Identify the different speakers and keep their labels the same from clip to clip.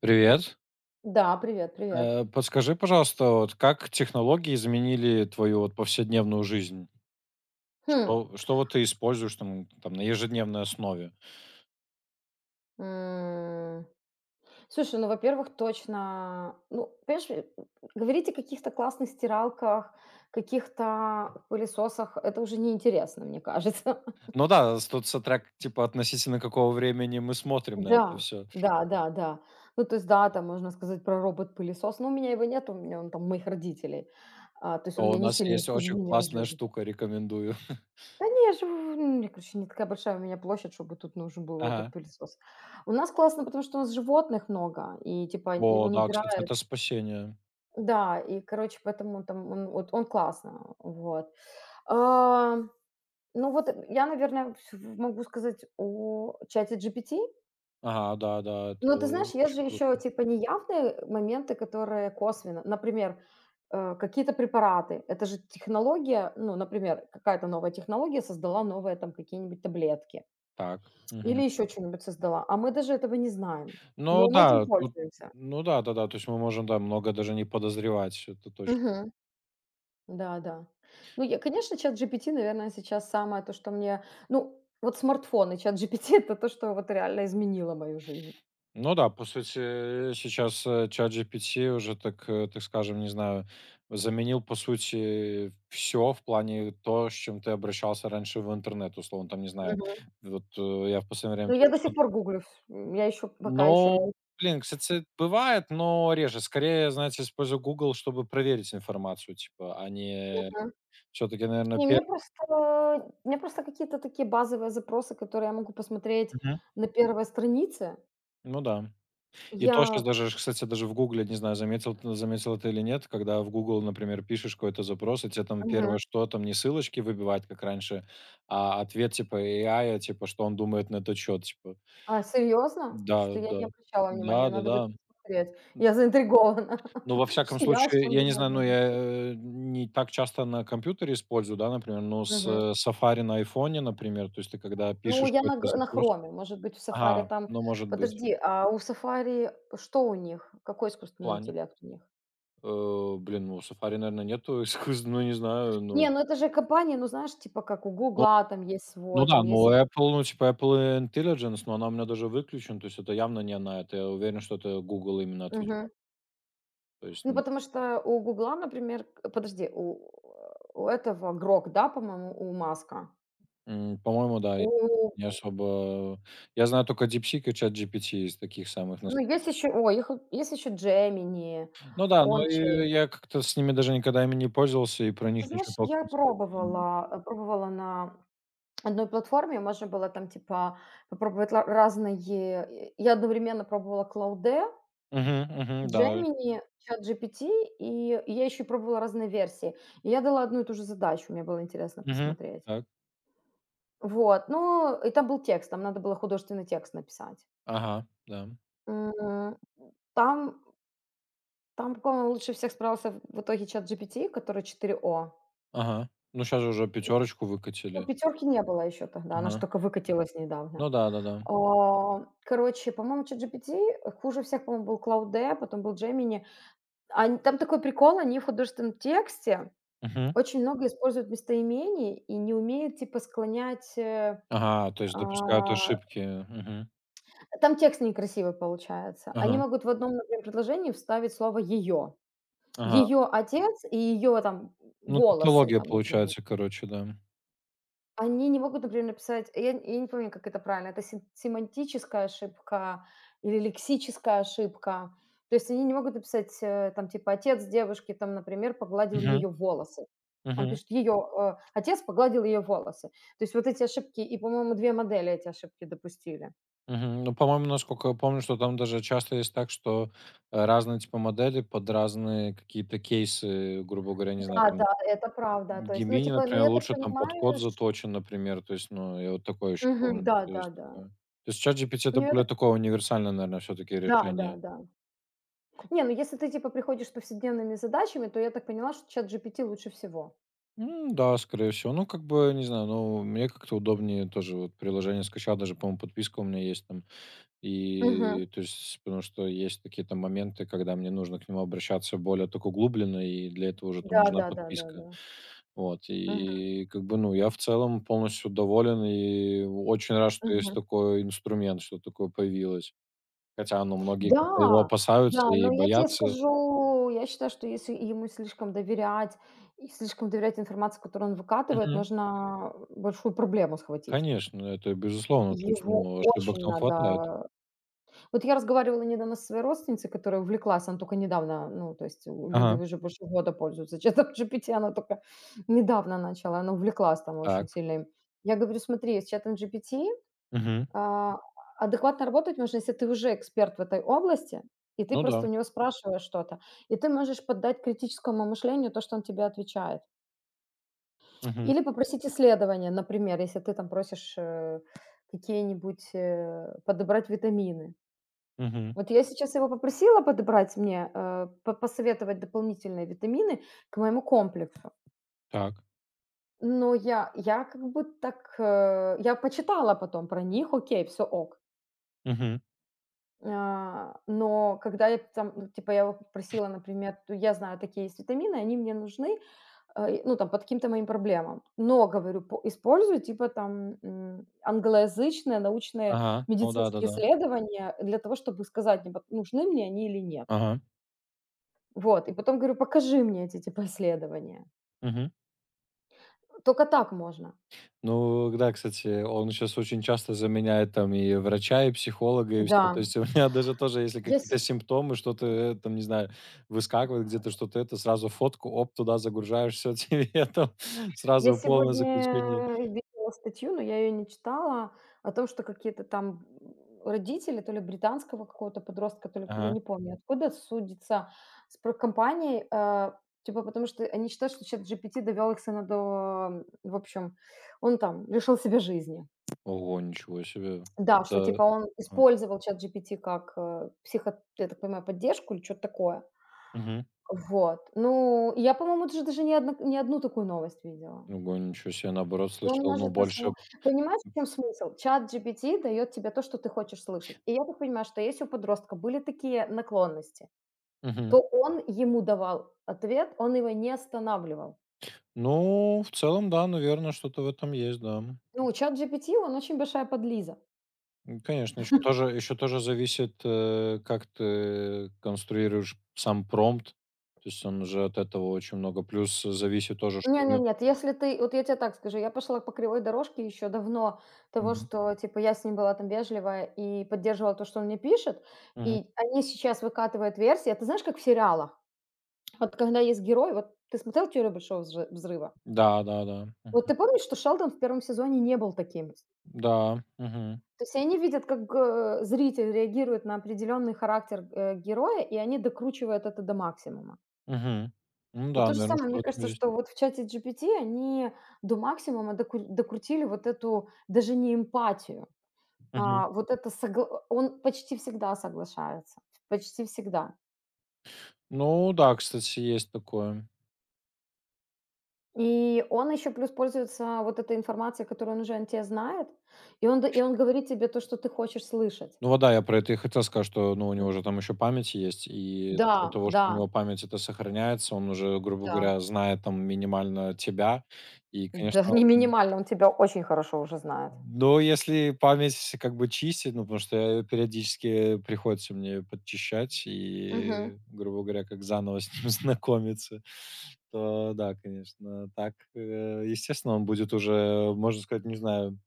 Speaker 1: Привет.
Speaker 2: Да, привет, привет.
Speaker 1: Подскажи, пожалуйста, вот как технологии изменили твою вот повседневную жизнь?
Speaker 2: Хм,
Speaker 1: Что вот ты используешь там на ежедневной основе?
Speaker 2: м, слушай, ну, во-первых, точно, ну, понимаешь, говорить о каких-то классных стиралках, каких-то пылесосах — это уже неинтересно, мне кажется.
Speaker 1: Ну да, тут смотря типа относительно какого времени мы смотрим на это
Speaker 2: Да,
Speaker 1: все.
Speaker 2: да. Ну, то есть, да, там можно сказать про робот-пылесос, но у меня его нет, у меня он там у моих родителей. А, то есть он мне
Speaker 1: У
Speaker 2: не
Speaker 1: нас
Speaker 2: сильно из
Speaker 1: есть очень
Speaker 2: изменил
Speaker 1: классная
Speaker 2: жизнь.
Speaker 1: штука, рекомендую.
Speaker 2: Да не, я живу, я, короче, не такая большая у меня площадь, чтобы тут нужен был
Speaker 1: Ага.
Speaker 2: робот-пылесос. У нас классно, потому что у нас животных много, и типа, и
Speaker 1: О,
Speaker 2: он
Speaker 1: да, кстати,
Speaker 2: убирает.
Speaker 1: это спасение.
Speaker 2: Да, и, короче, поэтому там он, вот он классно, вот. А, ну вот я, наверное, могу сказать о чате GPT.
Speaker 1: Ага, да, да, это
Speaker 2: Но ты знаешь, есть же
Speaker 1: очень круто.
Speaker 2: еще типа неявные моменты, которые косвенно. Например, какие-то препараты. Это же технология, ну, например, какая-то новая технология создала новые там какие-нибудь таблетки.
Speaker 1: Так.
Speaker 2: Или
Speaker 1: Мгм.
Speaker 2: еще чё-нибудь создала, а мы даже этого не знаем,
Speaker 1: Ну
Speaker 2: но мы этим
Speaker 1: да, тут,
Speaker 2: пользуемся.
Speaker 1: ну да, да, да, то есть мы можем, да, много даже не подозревать, это точно.
Speaker 2: Мгм. Да-да. Ну, я, конечно, ChatGPT, наверное, сейчас самое то, что мне ну, вот смартфон и ChatGPT — это то, что вот реально изменило мою жизнь.
Speaker 1: Ну да, по сути, сейчас, ChatGPT уже, так, так скажем, не знаю, заменил, по сути, все в плане то, с чем ты обращался раньше в интернет, условно, там, не знаю.
Speaker 2: Мгм.
Speaker 1: Вот, я в последнее время
Speaker 2: Но я
Speaker 1: тоже
Speaker 2: до сих
Speaker 1: суд.
Speaker 2: пор гуглю я еще пока еще
Speaker 1: Но,
Speaker 2: не.
Speaker 1: блин, кстати, бывает, но реже. Скорее, знаете, использую Google, чтобы проверить информацию, типа, а не
Speaker 2: Мгм.
Speaker 1: все таки наверное,
Speaker 2: Не,
Speaker 1: пе.
Speaker 2: мне просто какие-то такие базовые запросы, которые я могу посмотреть на первой странице,
Speaker 1: Ну да. И то сейчас
Speaker 2: я.
Speaker 1: даже, кстати, даже в "Гугле", не знаю, заметила ты или нет, когда в Google, например, пишешь какой-то запрос, и тебе там
Speaker 2: Мгм.
Speaker 1: первое, что там не ссылочки выбивать, как раньше, а ответ типа AI, типа, что он думает на этот счет, типа.
Speaker 2: А, серьезно?
Speaker 1: Да,
Speaker 2: Что я
Speaker 1: да.
Speaker 2: не обращала внимания, надо будет
Speaker 1: Да-да-да.
Speaker 2: посмотреть. Я заинтригована,
Speaker 1: Ну, во
Speaker 2: что
Speaker 1: всяком
Speaker 2: я, что
Speaker 1: случае,
Speaker 2: чём
Speaker 1: я не
Speaker 2: думать
Speaker 1: знаю, ну,
Speaker 2: надо.
Speaker 1: я, не так часто на компьютере использую, да, например, но с,
Speaker 2: Мгм.
Speaker 1: э, Safari на айфоне, например, то есть ты когда
Speaker 2: Ну,
Speaker 1: пишешь
Speaker 2: я
Speaker 1: какой-то
Speaker 2: на
Speaker 1: запрос.
Speaker 2: хроме, может быть, в "Сафари"
Speaker 1: Ага,
Speaker 2: там.
Speaker 1: ну, может быть,
Speaker 2: Подожди, а у "Сафари" что у них? Какой
Speaker 1: в
Speaker 2: искусственный
Speaker 1: плане.
Speaker 2: интеллект у них?
Speaker 1: Блин, ну, Safari, наверное нету эксклюз ну, не знаю,
Speaker 2: Не,
Speaker 1: ну.
Speaker 2: ну это же компания, ну, знаешь, типа как у
Speaker 1: Ну
Speaker 2: "Гугла" там есть
Speaker 1: ну
Speaker 2: свой,
Speaker 1: да,
Speaker 2: там есть
Speaker 1: ну
Speaker 2: этот.
Speaker 1: Apple, ну, типа Apple Intelligence, но она у меня даже выключена, то есть это явно не она, это я уверен, что это Google именно отвечает.
Speaker 2: Мгм.
Speaker 1: То есть,
Speaker 2: Ну,
Speaker 1: ну,
Speaker 2: потому что у "Гугла", например к подожди, у этого Грок, да, по-моему, у Маска?
Speaker 1: по-моему, да, я не особо, я знаю только DeepSeek и ChatGPT из таких самых нас.
Speaker 2: Ну, есть еще, ой, их, есть еще Gemini,
Speaker 1: Ну да, но и
Speaker 2: Onche.
Speaker 1: я как-то с ними даже никогда ими не пользовался и про
Speaker 2: Ты
Speaker 1: них
Speaker 2: знаешь,
Speaker 1: ничего
Speaker 2: я
Speaker 1: толком сказать не.
Speaker 2: пробовала, пробовала на одной платформе, можно было там типа попробовать разные. Я одновременно пробовала Клауде,
Speaker 1: Мгм, мгм, да,
Speaker 2: Gemini, ChatGPT, и я еще пробовала разные версии. И я дала одну и ту же задачу, мне было интересно
Speaker 1: угу,
Speaker 2: посмотреть.
Speaker 1: так,
Speaker 2: Вот, ну, и там был текст, там надо было художественный текст написать.
Speaker 1: ага, да,
Speaker 2: М, Там, там, по-моему, лучше всех справился в итоге чат GPT, который четыре о.
Speaker 1: ага. Ну, сейчас же уже пятерочку
Speaker 2: Ну,
Speaker 1: выкатили.
Speaker 2: "пятерки" не было еще тогда, она ж
Speaker 1: Ага.
Speaker 2: тока выкатилась недавно.
Speaker 1: Ну да-да-да.
Speaker 2: А, короче, по-моему, ChatGPT, хуже всех, по-моему, был Claude, потом был Gemini. Ань там такой прикол, они в художественном тексте
Speaker 1: Мгм.
Speaker 2: очень много используют местоимений и не умеют, типа, склонять,
Speaker 1: Ага, то есть допускают
Speaker 2: а
Speaker 1: ошибки. Мгм.
Speaker 2: там текст некрасивый получается. Они
Speaker 1: Ага,
Speaker 2: могут в одном, например, предложении вставить слово "ее",
Speaker 1: ага.
Speaker 2: "ее отец" и "ее там
Speaker 1: Ну, тут
Speaker 2: волосы", там, например.
Speaker 1: получается, короче, да.
Speaker 2: Они не могут, например, написать, я не помню, как это правильно, это семантическая ошибка или лексическая ошибка. То есть они не могут написать, там, типа, отец девушки, там, например, погладил
Speaker 1: Мгм,
Speaker 2: ее волосы. Он
Speaker 1: мгм,
Speaker 2: пишет, ее отец погладил ее волосы. То есть вот эти ошибки, и, по-моему, две модели эти ошибки допустили.
Speaker 1: мгм. Ну, по-моему, насколько я помню, что там даже часто есть так, что, разные типа модели под разные какие-то кейсы, грубо говоря, не знаю,
Speaker 2: Да,
Speaker 1: там
Speaker 2: да, это правда. То есть, ну,
Speaker 1: Gemini,
Speaker 2: типа, ну,
Speaker 1: например,
Speaker 2: я так
Speaker 1: лучше там под код
Speaker 2: понимаю, ш-.
Speaker 1: заточен, например. То есть, ну, я вот такое еще
Speaker 2: Мгм,
Speaker 1: помню,
Speaker 2: да,
Speaker 1: что
Speaker 2: да,
Speaker 1: есть
Speaker 2: да.
Speaker 1: такое. То есть ChatGPT- это
Speaker 2: Ну, я
Speaker 1: более
Speaker 2: так...
Speaker 1: такое универсальное, наверное, все-таки
Speaker 2: Да, да,
Speaker 1: решение.
Speaker 2: да. Не, ну, если ты, типа, приходишь с повседневными задачами, то я так поняла, что чат GPT лучше всего.
Speaker 1: Да, скорее всего. Ну, как бы, не знаю, ну, мне как-то удобнее тоже. Вот приложение скачал, даже, по-моему, подписка у меня есть там.
Speaker 2: Мгм.
Speaker 1: И то есть, потому что есть такие там моменты, когда мне нужно к нему обращаться более так углубленно, и для этого уже там нужна подписка.
Speaker 2: Да-да-да-да-да.
Speaker 1: Вот,
Speaker 2: Мгм,
Speaker 1: и как бы, ну, я в целом полностью доволен и очень рад, что есть
Speaker 2: мгм.
Speaker 1: такой инструмент, что такое появилось. Хотя, ну, многие как-то его
Speaker 2: Да,
Speaker 1: опасаются
Speaker 2: да, но
Speaker 1: и
Speaker 2: я тебе
Speaker 1: боятся.
Speaker 2: скажу, я считаю, что если ему слишком доверять и слишком доверять информации, которую он выкатывает,
Speaker 1: Мгм.
Speaker 2: можно большую проблему схватить.
Speaker 1: Конечно, это безусловно, то есть,
Speaker 2: Его
Speaker 1: ну, ошибок
Speaker 2: очень
Speaker 1: там хватает.
Speaker 2: надо. Вот я разговаривала недавно со своей родственницей, которая увлеклась, она только недавно, ну, то есть у люди
Speaker 1: Ага.
Speaker 2: уже больше года пользуются чатом GPT, она только недавно начала, она увлеклась там очень
Speaker 1: Так.
Speaker 2: сильно им. Я говорю: "Смотри, с чатом GPT".
Speaker 1: Мгм.
Speaker 2: А, адекватно работать можно, если ты уже эксперт в этой области, и ты
Speaker 1: Ну
Speaker 2: просто
Speaker 1: да.
Speaker 2: у него спрашиваешь что-то. И ты можешь поддать критическому мышлению то, что он тебе отвечает.
Speaker 1: Мгм.
Speaker 2: Или попросить исследования, например, если ты там просишь какие-нибудь подобрать витамины.
Speaker 1: Мгм.
Speaker 2: Вот я сейчас его попросила подобрать мне, э, посоветовать дополнительные витамины к моему комплексу.
Speaker 1: Так.
Speaker 2: Но я как бы так, я почитала потом про них, окей, все ок.
Speaker 1: Мгм.
Speaker 2: Но когда я там, ну, типа, я его попросила, например, то я знаю, такие есть витамины, они мне нужны, и, ну, там, под каким-то моим проблемам. Но, говорю, по использую, типа, там, англоязычные научные
Speaker 1: Ага. Ну
Speaker 2: медицинские
Speaker 1: да-да-да.
Speaker 2: исследования для того, чтобы сказать, типа, нужны мне они или нет.
Speaker 1: Ага.
Speaker 2: Вот, и потом говорю, покажи мне эти, типа, исследования.
Speaker 1: Мгм.
Speaker 2: Только так можно.
Speaker 1: Ну да, кстати, он сейчас очень часто заменяет там и врача, и психолога, и все.
Speaker 2: Да.
Speaker 1: То есть у меня даже тоже, если
Speaker 2: Я
Speaker 1: какие-то
Speaker 2: се
Speaker 1: симптомы, что-то, там, не знаю, выскакивает где-то, что-то это, сразу фотку, оп, туда загружаешь, все тебе там
Speaker 2: Я
Speaker 1: сразу полное
Speaker 2: сегодня
Speaker 1: заключение.
Speaker 2: видела статью, но я ее не читала, о том, что какие-то там, родители то ли британского какого-то подростка, то ли, я
Speaker 1: Ага.
Speaker 2: не помню откуда, судится с про компанией, типа потому что они считают, что ChatGPT довел их сына до, в общем, он там лишил себя жизни.
Speaker 1: Ого, ничего себе.
Speaker 2: Да, что
Speaker 1: Это.
Speaker 2: типа он
Speaker 1: а,
Speaker 2: использовал ChatGPT как, э, психо я так понимаю, поддержку или что то такое.
Speaker 1: Мгм.
Speaker 2: Вот. Ну, я, по-моему, даже не одну такую новость видела.
Speaker 1: Ого, ничего себе. Наоборот,
Speaker 2: И он
Speaker 1: слышал, ну,
Speaker 2: может на
Speaker 1: больше
Speaker 2: самом Понимаешь, в чем смысл? Чат ChatGPT дает тебе то, что ты хочешь слышать. И я так понимаю, что если у подростка были такие наклонности,
Speaker 1: мгм.
Speaker 2: то он ему давал ответ, он его не останавливал.
Speaker 1: Ну, в целом, да, наверно, что-то в этом есть, да.
Speaker 2: Ну, чат ChatGPT, он очень большая подлиза.
Speaker 1: Конечно, еще тоже зависит, как ты конструируешь сам промпт. То есть он уже от этого очень много. Плюс зависит тоже,
Speaker 2: Не
Speaker 1: что у
Speaker 2: не
Speaker 1: него.
Speaker 2: нет, если ты вот я тебе так скажу, я пошла по кривой дорожке еще давно того,
Speaker 1: Мгм.
Speaker 2: что, типа, я с ним была там вежливая и поддерживала то, что он мне пишет.
Speaker 1: Мгм.
Speaker 2: И они сейчас выкатывают версии. Это знаешь, как в сериалах. Вот когда есть герой, вот ты смотрел "Теорию большого взрыва"?
Speaker 1: Да, да-да.
Speaker 2: Вот
Speaker 1: Мгм.
Speaker 2: ты помнишь, что Шелдон в первом сезоне не был таким?
Speaker 1: Да. Мгм.
Speaker 2: То есть они видят, как, зритель реагирует на определенный характер, героя, и они докручивают это до максимума.
Speaker 1: Мгм. Ну
Speaker 2: И
Speaker 1: да,
Speaker 2: то же
Speaker 1: наверное,
Speaker 2: самое,
Speaker 1: что
Speaker 2: мне
Speaker 1: в этом
Speaker 2: кажется,
Speaker 1: есть.
Speaker 2: что вот в чате GPT они до максимума докрутили вот эту даже не эмпатию,
Speaker 1: Мгм.
Speaker 2: а вот это согла он почти всегда соглашается, почти всегда.
Speaker 1: Ну да, кстати, есть такое.
Speaker 2: И он еще плюс пользуется вот этой информацией, которую он уже о те знает, и он да и он говорит тебе то, что ты хочешь слышать.
Speaker 1: Ну вот да, я про это и хотел сказать, что, ну, у него же там еще память есть, и за
Speaker 2: Да,
Speaker 1: счет того, что
Speaker 2: да.
Speaker 1: у него память это сохраняется, он уже, грубо
Speaker 2: Да.
Speaker 1: говоря, знает там минимально тебя. И,
Speaker 2: Да,
Speaker 1: конечно.
Speaker 2: не минимально, он тебя очень хорошо уже знает.
Speaker 1: Но если память как бы чистить, ну, потому что я периодически приходится мне подчищать
Speaker 2: Мгм.
Speaker 1: и, грубо говоря, как заново с ним знакомиться, то да, конечно, так, естественно, он будет уже, можно сказать, не знаю,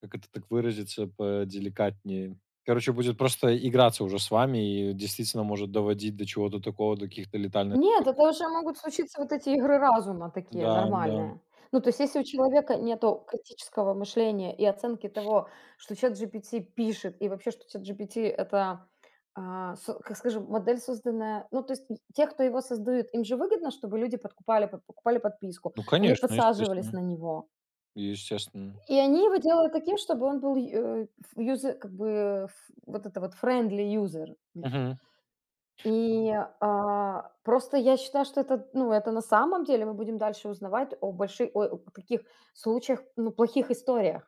Speaker 1: как это так выразиться, поделикатнее. Короче, будет просто играться уже с вами и действительно может доводить до чего-то такого, до каких-то летальных.
Speaker 2: Нет, это уже могут случиться вот эти игры разума такие
Speaker 1: Да, да.
Speaker 2: нормальные. Ну, то есть, если у человека нету критического мышления и оценки того, что ChatGPT пишет, и вообще, что ChatGPT — это, а, со как скажем, модель, созданная ну, то есть, те, кто его создают, им же выгодно, чтобы люди покупали подписку,
Speaker 1: Ну,
Speaker 2: они
Speaker 1: конечно,
Speaker 2: подсаживались
Speaker 1: естественно,
Speaker 2: на него.
Speaker 1: естественно.
Speaker 2: И они его делают таким, чтобы он был, э, ф юзе как бы, ф вот это вот friendly user.
Speaker 1: Мгм.
Speaker 2: И, просто я считаю, что это, ну, это на самом деле мы будем дальше узнавать о больших, ой, о таких случаях, ну, плохих историях.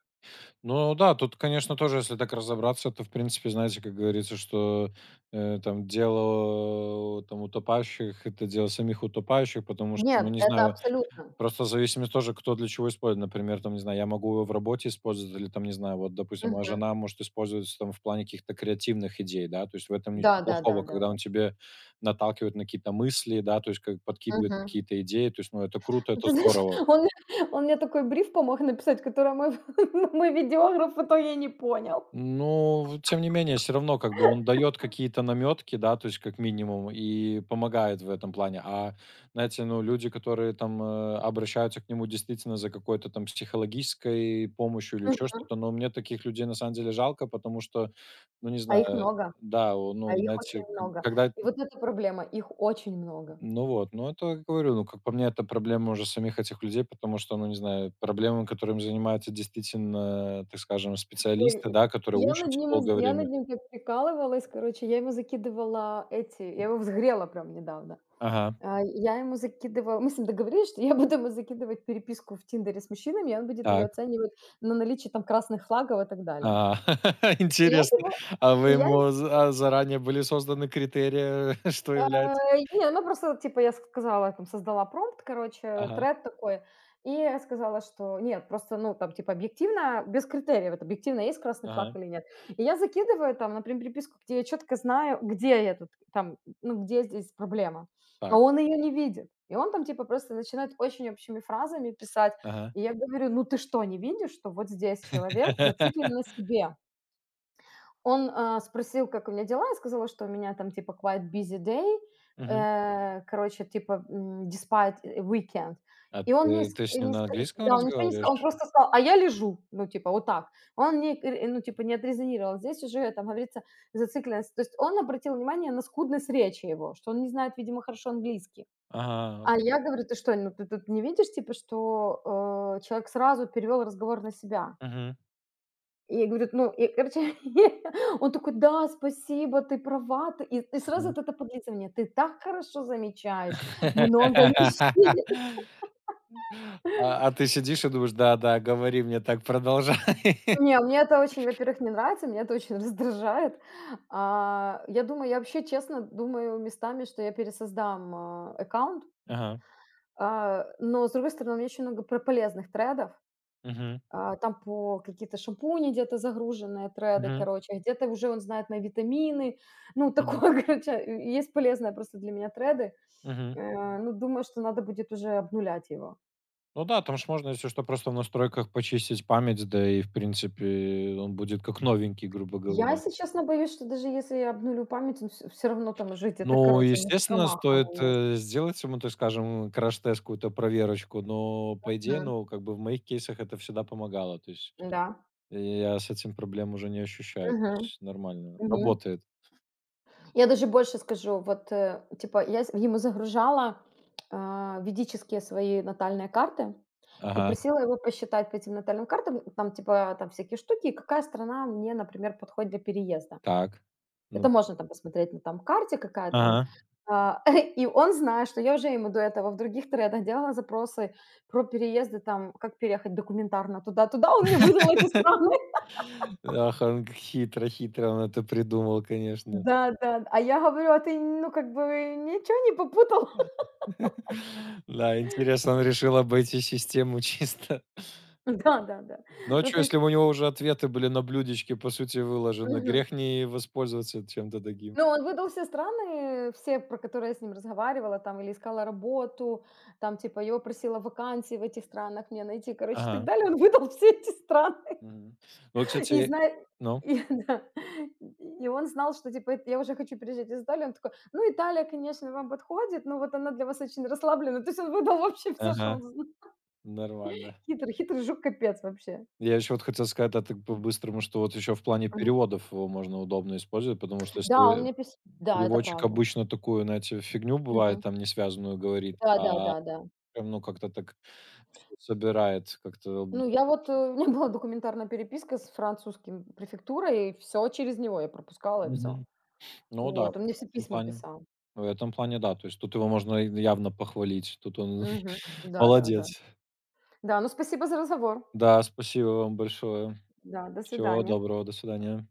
Speaker 1: Ну да, тут, конечно, тоже, если так разобраться, то, в принципе, знаете, как говорится, что там дело там утопающих, это дело самих утопающих, потому что, ну,
Speaker 2: Нет,
Speaker 1: не
Speaker 2: это
Speaker 1: знаю,
Speaker 2: абсолютно.
Speaker 1: просто зависимость тоже, кто для чего использует. Например, там, не знаю, я могу его в работе использовать, или там, не знаю, вот, допустим, моя
Speaker 2: Мгм.
Speaker 1: жена может использовать там в плане каких-то креативных идей, да, то есть в этом
Speaker 2: Да
Speaker 1: ничего
Speaker 2: да да
Speaker 1: плохого,
Speaker 2: да
Speaker 1: когда
Speaker 2: да.
Speaker 1: он тебе наталкивает на какие-то мысли, да, то есть как подкидывает
Speaker 2: Мгм.
Speaker 1: какие-то идеи, то есть, ну, это круто,
Speaker 2: Ну,
Speaker 1: это
Speaker 2: ты знаешь,
Speaker 1: здорово.
Speaker 2: он мне он мне такой бриф помог написать, который мой ф мой видеограф в итоге не понял.
Speaker 1: Ну, тем не менее, все равно как бы он дает какие-то намётки, да, то есть как минимум, и помогает в этом плане. А, знаете, ну, люди, которые там, обращаются к нему действительно за какой-то там психологической помощью или еще
Speaker 2: Мгм.
Speaker 1: что-то, но мне таких людей на самом деле жалко, потому что, ну, не
Speaker 2: А их
Speaker 1: знаю,
Speaker 2: много.
Speaker 1: да, о, ну,
Speaker 2: А их
Speaker 1: знаете,
Speaker 2: очень
Speaker 1: как
Speaker 2: много.
Speaker 1: когда.
Speaker 2: И вот эта проблема, их очень много.
Speaker 1: Ну вот, ну, это как говорю, ну, как по мне, это проблема уже самих этих людей, потому что, ну, не знаю, проблемы, которыми занимаются действительно, так скажем,
Speaker 2: Ой,
Speaker 1: специалисты,
Speaker 2: и
Speaker 1: да, которые учатся долгое
Speaker 2: я над
Speaker 1: время.
Speaker 2: ним так прикалывалась, короче, я ему закидывала эти я его взгрела прям недавно.
Speaker 1: Ага,
Speaker 2: Я ему закидывала мы с ним договорились, что я буду ему закидывать переписку в "Тиндере" с мужчинами, и он будет ее
Speaker 1: так.
Speaker 2: оценивать на наличие там красных флагов и так
Speaker 1: А,
Speaker 2: далее. И я
Speaker 1: интересно.
Speaker 2: его
Speaker 1: А вы
Speaker 2: и я
Speaker 1: ему заранее были созданы критерии, что
Speaker 2: Э,
Speaker 1: является.
Speaker 2: не, ну просто, типа, я сказала, там, создала промпт, короче,
Speaker 1: Ага,
Speaker 2: тред такой, и сказала, что нет, просто, ну, там, типа, объективно, без критериев, вот объективно есть красный
Speaker 1: ага,
Speaker 2: флаг или нет. И я закидываю там, например, приписку, где я четко знаю, где я тут, там, ну, где здесь проблема. А
Speaker 1: так,
Speaker 2: он ее не видит. И он там, типа, просто начинает очень общими фразами писать.
Speaker 1: ага.
Speaker 2: И я говорю, ну ты что, не видишь, что вот здесь человек зациклен на себе? Он, спросил, как у меня дела. Я сказала, что у меня там типа quite busy day,
Speaker 1: Мгм.
Speaker 2: короче, типа, despite weekend.
Speaker 1: А
Speaker 2: И он мне
Speaker 1: ты
Speaker 2: ск
Speaker 1: ты с ним
Speaker 2: не
Speaker 1: на
Speaker 2: ск
Speaker 1: английском
Speaker 2: да, он ничего не сказал, он
Speaker 1: разговариваешь?
Speaker 2: просто сказал: "А я лежу". Ну, типа, вот так. Он мне, ну, типа, не отрезонировал. Здесь уже, там, говорится, зацикленность. То есть он обратил внимание на скудность речи его, что он не знает, видимо, хорошо английский.
Speaker 1: Ага,
Speaker 2: А я говорю: "Ты что, ну, ты тут не видишь, типа, что, человек сразу перевел разговор на себя?"
Speaker 1: мгм,
Speaker 2: И говорит, ну, и, короче, он такой: "Да, спасибо, ты права, ты". И сразу
Speaker 1: мгм.
Speaker 2: вот это подлизывание: "Ты так хорошо замечаешь много вещей".
Speaker 1: А ты сидишь и думаешь: "Да-да, говори мне так, продолжай".
Speaker 2: Не, мне это очень, во-первых, не нравится, меня это очень раздражает. Я думаю, я вообще честно думаю местами, что я пересоздам, аккаунт.
Speaker 1: Ага,
Speaker 2: Но, с другой стороны, у меня очень много про полезных тредов.
Speaker 1: мгм,
Speaker 2: Там по какие-то шампуни где-то загруженные треды,
Speaker 1: мгм,
Speaker 2: короче, а где-то уже он знает на витамины. Ну,
Speaker 1: мгм,
Speaker 2: такое, короче, и есть полезные просто для меня треды.
Speaker 1: мгм.
Speaker 2: Ну, думаю, что надо будет уже обнулять его.
Speaker 1: Ну да, там же можно, если что, просто в настройках почистить память, да и, в принципе, он будет как новенький, грубо
Speaker 2: Я,
Speaker 1: говоря.
Speaker 2: если честно, боюсь, что даже если я обнулю память, он всё равно там жить. Это, то
Speaker 1: Ну,
Speaker 2: короче, в
Speaker 1: естественно,
Speaker 2: закромах она
Speaker 1: стоит,
Speaker 2: есть.
Speaker 1: э, сделать ему, так скажем, краш-тест, какую-то проверочку, но, по идее,
Speaker 2: Мгм.
Speaker 1: ну, как бы в моих кейсах это всегда помогало. То есть
Speaker 2: Да.
Speaker 1: я с этим проблем уже не ощущаю. То
Speaker 2: Мгм.
Speaker 1: есть нормально.
Speaker 2: Мгм.
Speaker 1: Работает.
Speaker 2: Я даже больше скажу, вот, типа, ему загружала ведические свои натальные карты и
Speaker 1: Ага.
Speaker 2: просила его посчитать по этим натальным картам, там, типа, там всякие штуки, и какая страна мне, например, подходит для переезда.
Speaker 1: Так.
Speaker 2: Это
Speaker 1: Ну-ка.
Speaker 2: можно там посмотреть на там карте, какая там...
Speaker 1: Ага.
Speaker 2: а, И он знает, что я уже ему до этого в других тредах делала запросы про переезды, там, как переехать документарно туда-туда, он мне выдал эти страны.
Speaker 1: Ах, он как хитро хитро он это придумал, конечно.
Speaker 2: Да, да, а я говорю, а ты, ну, как бы, ничего не попутал?
Speaker 1: Да, интересно, он решил обойти систему чисто.
Speaker 2: Да-да-да.
Speaker 1: Ну а
Speaker 2: Ну,
Speaker 1: чё,
Speaker 2: то есть.
Speaker 1: если у него уже ответы были на блюдечке, по сути, выложены,
Speaker 2: Мгм.
Speaker 1: грех не воспользоваться чем-то таким.
Speaker 2: Но он выдал все страны, все, про которые я с ним разговаривала там или искала работу, там типа его просила вакансии в этих странах мне найти, короче, и так
Speaker 1: Ага.
Speaker 2: далее. Он выдал все эти страны.
Speaker 1: Мгм. Ну,
Speaker 2: И
Speaker 1: кстати
Speaker 2: знает
Speaker 1: ну?
Speaker 2: и да, и он знал, что типа это я уже хочу переезжать из Италии. Он такой: "Ну, Италия, конечно, вам подходит, но вот она для вас очень расслаблена". То есть он выдал вообще все, что он
Speaker 1: Ага.
Speaker 2: зн.
Speaker 1: Нормально.
Speaker 2: Хитрый, хитрый жук, капец вообще.
Speaker 1: Я еще вот хотел сказать, а так по-быстрому, что вот еще в плане
Speaker 2: Мгм.
Speaker 1: переводов его можно удобно использовать, потому что
Speaker 2: Да, он
Speaker 1: если
Speaker 2: мне писал, да, это
Speaker 1: переводчик
Speaker 2: правда.
Speaker 1: обычно такую, знаете, фигню бывает,
Speaker 2: Мгм.
Speaker 1: там, не связанную говорит, а
Speaker 2: Да-да-да-да.
Speaker 1: прям, ну, как-то так всё собирает как-то.
Speaker 2: Ну, я вот, у меня была документарная переписка с французским префектурой, и все через него я пропускала, и все.
Speaker 1: Мгм. Ну да,
Speaker 2: Вот, он мне все
Speaker 1: этом
Speaker 2: письма
Speaker 1: плане
Speaker 2: писал.
Speaker 1: в этом плане да. То есть тут его можно и явно похвалить. Тут он.
Speaker 2: Мгм. Да-да-да. Да, да.
Speaker 1: Молодец.
Speaker 2: Да, ну, спасибо за разговор.
Speaker 1: Да, спасибо вам большое.
Speaker 2: Да, до
Speaker 1: Всего
Speaker 2: свидания.
Speaker 1: доброго, до свидания.